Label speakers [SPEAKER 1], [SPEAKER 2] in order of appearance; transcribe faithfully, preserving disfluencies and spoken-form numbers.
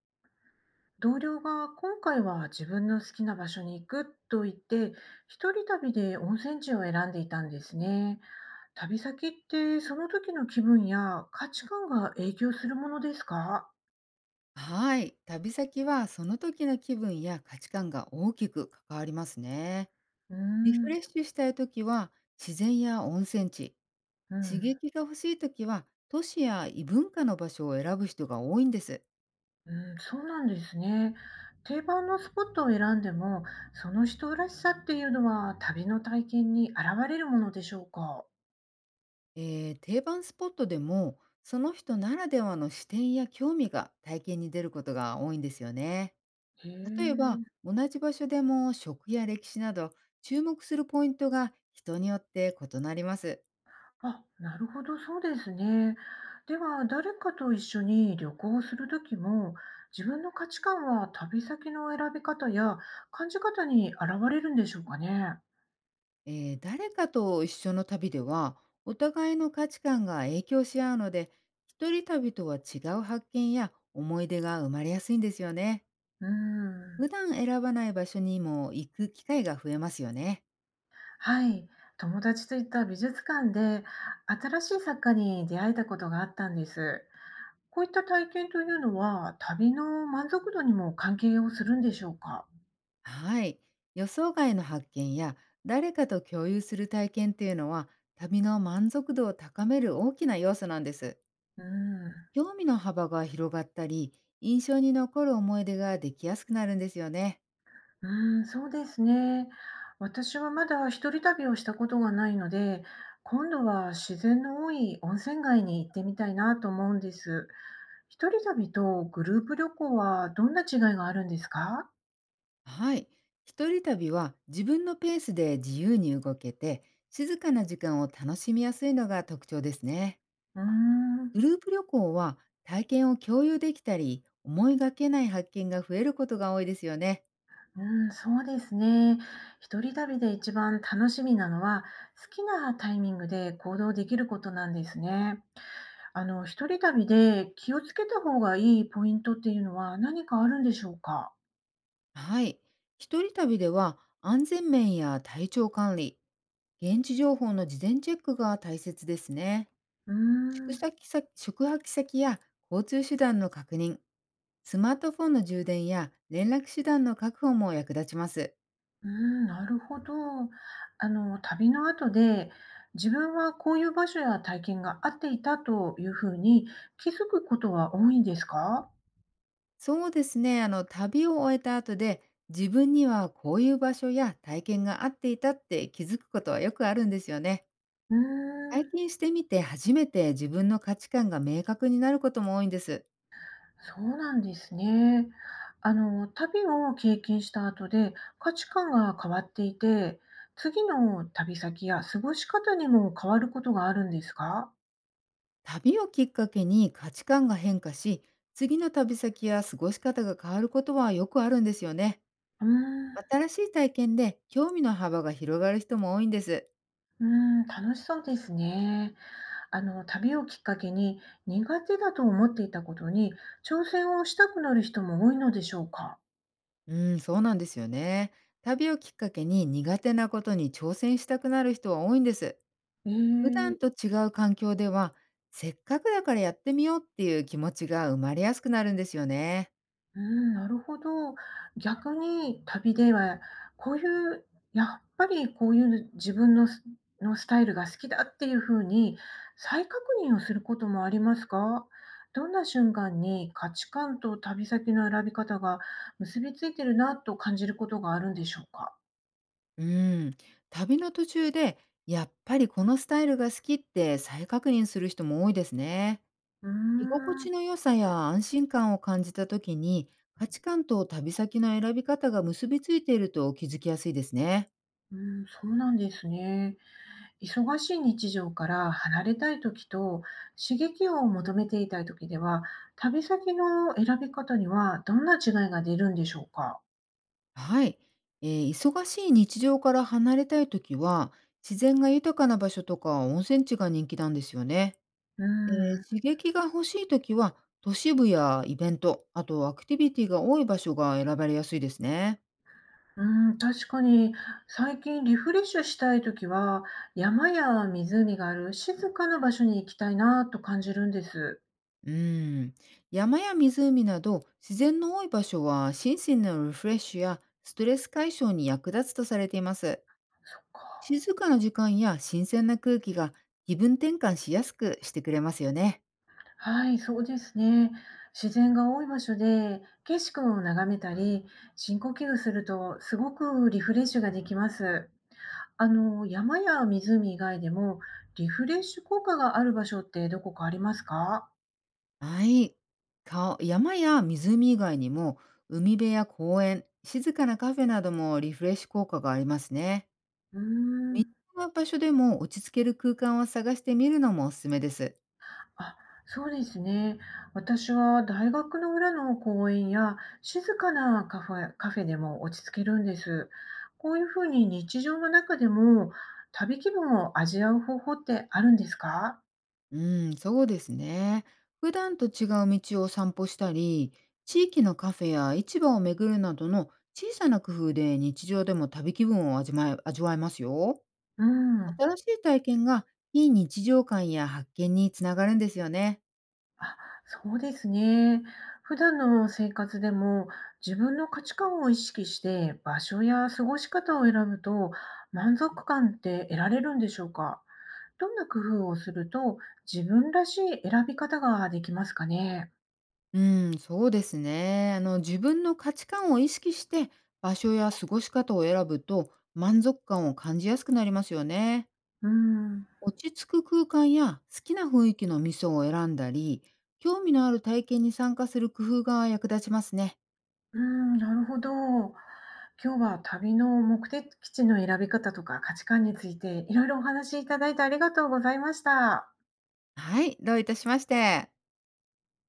[SPEAKER 1] 同僚が今回は自分の好きな場所に行くと言って、一人旅で温泉地を選んでいたんですね。旅先ってその時の気分や価値観が影響するものですか？
[SPEAKER 2] はい、旅先はその時の気分や価値観が大きく関わりますね。
[SPEAKER 1] うー
[SPEAKER 2] リフ
[SPEAKER 1] ん、
[SPEAKER 2] レッシュしたい時は自然や温泉地、
[SPEAKER 1] う
[SPEAKER 2] 刺
[SPEAKER 1] ん、
[SPEAKER 2] 激が欲しい時は都市や異文化の場所を選ぶ人が多いんです。
[SPEAKER 1] うん、そうなんですね。定番のスポットを選んでも、その人らしさっていうのは旅の体験に現れるものでしょうか？
[SPEAKER 2] えー定番スポットでもその人ならではの視点や興味が体験に出ることが多いんですよね。
[SPEAKER 1] へ
[SPEAKER 2] 例えば
[SPEAKER 1] え。
[SPEAKER 2] 同じ場所でも食や歴史など注目するポイントが人によって異なります。
[SPEAKER 1] あ、なるほど、そうですね。では、誰かと一緒に旅行をするときも、自分の価値観は旅先の選び方や感じ方に現れるんでしょうかね。
[SPEAKER 2] えー誰かと一緒の旅では、お互いの価値観が影響し合うので、一人旅とは違う発見や思い出が生まれやすいんですよね。
[SPEAKER 1] うーん。
[SPEAKER 2] 普段選ばない場所にも行く機会が増えますよね。
[SPEAKER 1] はい。友達と行った美術館で新しい作家に出会えたことがあったんです。こういった体験というのは、旅の満足度にも関係をするんでしょうか。
[SPEAKER 2] はい。予想外の発見や誰かと共有する体験っていうのは、旅の満足度を高める大きな要素なんです。
[SPEAKER 1] うーん。
[SPEAKER 2] 興味の幅が広がったり、印象に残る思い出ができやすくなるんですよね。
[SPEAKER 1] うーん、そうですね。私はまだ一人旅をしたことがないので、今度は自然の多い温泉街に行ってみたいなと思うんです。一人旅とグループ旅行はどんな違いがあるんですか？
[SPEAKER 2] はい。一人旅は自分のペースで自由に動けて、静かな時間を楽しみやすいのが特徴ですね。
[SPEAKER 1] うー
[SPEAKER 2] グ
[SPEAKER 1] ん、
[SPEAKER 2] ループ旅行は体験を共有できたり、思いがけない発見が増えることが多いですよね。
[SPEAKER 1] うん、そうですね。一人旅で一番楽しみなのは、好きなタイミングで行動できることなんですね。あの、一人旅で気をつけた方がいいポイントっていうのは何かあるんでしょうか？
[SPEAKER 2] はい。一人旅では安全面や体調管理、現地情報の事前チェックが大切ですね。
[SPEAKER 1] うー
[SPEAKER 2] 宿
[SPEAKER 1] ん。
[SPEAKER 2] 先先宿泊先や交通手段の確認、スマートフォンの充電や連絡手段の確保も役立ちます。
[SPEAKER 1] うーん、なるほど。あの、旅の後で、自分はこういう場所や体験が合っていたというふうに気づくことは多いんですか？
[SPEAKER 2] そうですね。あの、旅を終えた後で、自分にはこういう場所や体験が合っていたって気づくことはよくあるんですよね。
[SPEAKER 1] うー
[SPEAKER 2] 体
[SPEAKER 1] ん、
[SPEAKER 2] 験してみて初めて自分の価値観が明確になることも多いんです。
[SPEAKER 1] そうなんですね。あの、旅を経験した後で価値観が変わっていて、次の旅先や過ごし方にも変わることがあるんですか？
[SPEAKER 2] 旅をきっかけに価値観が変化し、次の旅先や過ごし方が変わることはよくあるんですよね。
[SPEAKER 1] うーん、う
[SPEAKER 2] 新しい体験で興味の幅が広がる人も多いんです。
[SPEAKER 1] ーん、楽しそうですね。あの旅をきっかけに苦手だと思っていたことに挑戦をしたくなる人も多いのでしょうか？
[SPEAKER 2] うん、そうなんですよね。旅をきっかけに苦手なことに挑戦したくなる人は多いんです。普段
[SPEAKER 1] え
[SPEAKER 2] と
[SPEAKER 1] え、
[SPEAKER 2] 違う環境では、せっかくだからやってみようっていう気持ちが生まれやすくなるんですよね。
[SPEAKER 1] うん、なるほど。逆に旅ではこういうやっぱりこういう自分のスのスタイルが好きだっていうふうに再確認をすることもありますか？どんな瞬間に価値観と旅先の選び方が結びついてるなと感じることがあるんでしょうか？
[SPEAKER 2] うん。旅の途中で、やっぱりこのスタイルが好きって再確認する人も多いですね。
[SPEAKER 1] うー
[SPEAKER 2] 居心
[SPEAKER 1] ん、
[SPEAKER 2] 地の良さや安心感を感じた時に、価値観と旅先の選び方が結びついていると気づきやすいですね。
[SPEAKER 1] うん、そうなんですね。忙しい日常から離れたい時と刺激を求めていたい時では旅先の選び方にはどんな違いが出るんでしょうか？
[SPEAKER 2] はい。えー忙しい日常から離れたい時は、自然が豊かな場所とか温泉地が人気なんですよね。
[SPEAKER 1] うー
[SPEAKER 2] えー、
[SPEAKER 1] ん、う
[SPEAKER 2] 刺激が欲しいときは、都市部やイベント、あとアクティビティが多い場所が選ばれやすいですね。
[SPEAKER 1] ん、確かに最近リフレッシュしたい時は山や湖がある静かな場所に行きたいなと感じるんです。
[SPEAKER 2] うん。山や湖など自然の多い場所は、心身のリフレッシュやストレス解消に役立つとされています。
[SPEAKER 1] そっか。
[SPEAKER 2] 静かな時間や新鮮な空気が気分転換しやすくしてくれますよね。
[SPEAKER 1] はい、そうですね。自然が多い場所で景色を眺めたり深呼吸するとすごくリフレッシュができます。あの、山や湖以外でもリフレッシュ効果がある場所ってどこかありますか？
[SPEAKER 2] はい。か山や湖以外にも、海辺や公園、静かなカフェなどもリフレッシュ効果がありますね。
[SPEAKER 1] うー
[SPEAKER 2] 身
[SPEAKER 1] ん。
[SPEAKER 2] 近な場所でも落ち着ける空間を探してみるのもおすすめです。
[SPEAKER 1] あ、そうですね。私は大学の裏の公園や静かなカフェ、カフェでも落ち着けるんです。こういうふうに日常の中でも旅気分を味わう方法ってあるんですか？
[SPEAKER 2] うん、そうですね。普段と違う道を散歩したり、地域のカフェや市場を巡るなどの小さな工夫で日常でも旅気分を味わえ味わえますよ。
[SPEAKER 1] うん。
[SPEAKER 2] 新しい体験が非日常感や発見につながるんですよね。
[SPEAKER 1] あ、そうですね。普段の生活でも自分の価値観を意識して場所や過ごし方を選ぶと満足感って得られるんでしょうか？どんな工夫をすると自分らしい選び方ができますかね？
[SPEAKER 2] うん、そうですね。あの、自分の価値観を意識して場所や過ごし方を選ぶと満足感を感じやすくなりますよね。
[SPEAKER 1] うん、
[SPEAKER 2] 落ち着く空間や好きな雰囲気の味噌を選んだり、興味のある体験に参加する工夫が役立ちますね。
[SPEAKER 1] うん、なるほど。今日は旅の目的地の選び方とか価値観についていろいろお話しいただいてありがとうございました。
[SPEAKER 2] はい、どういたしまして。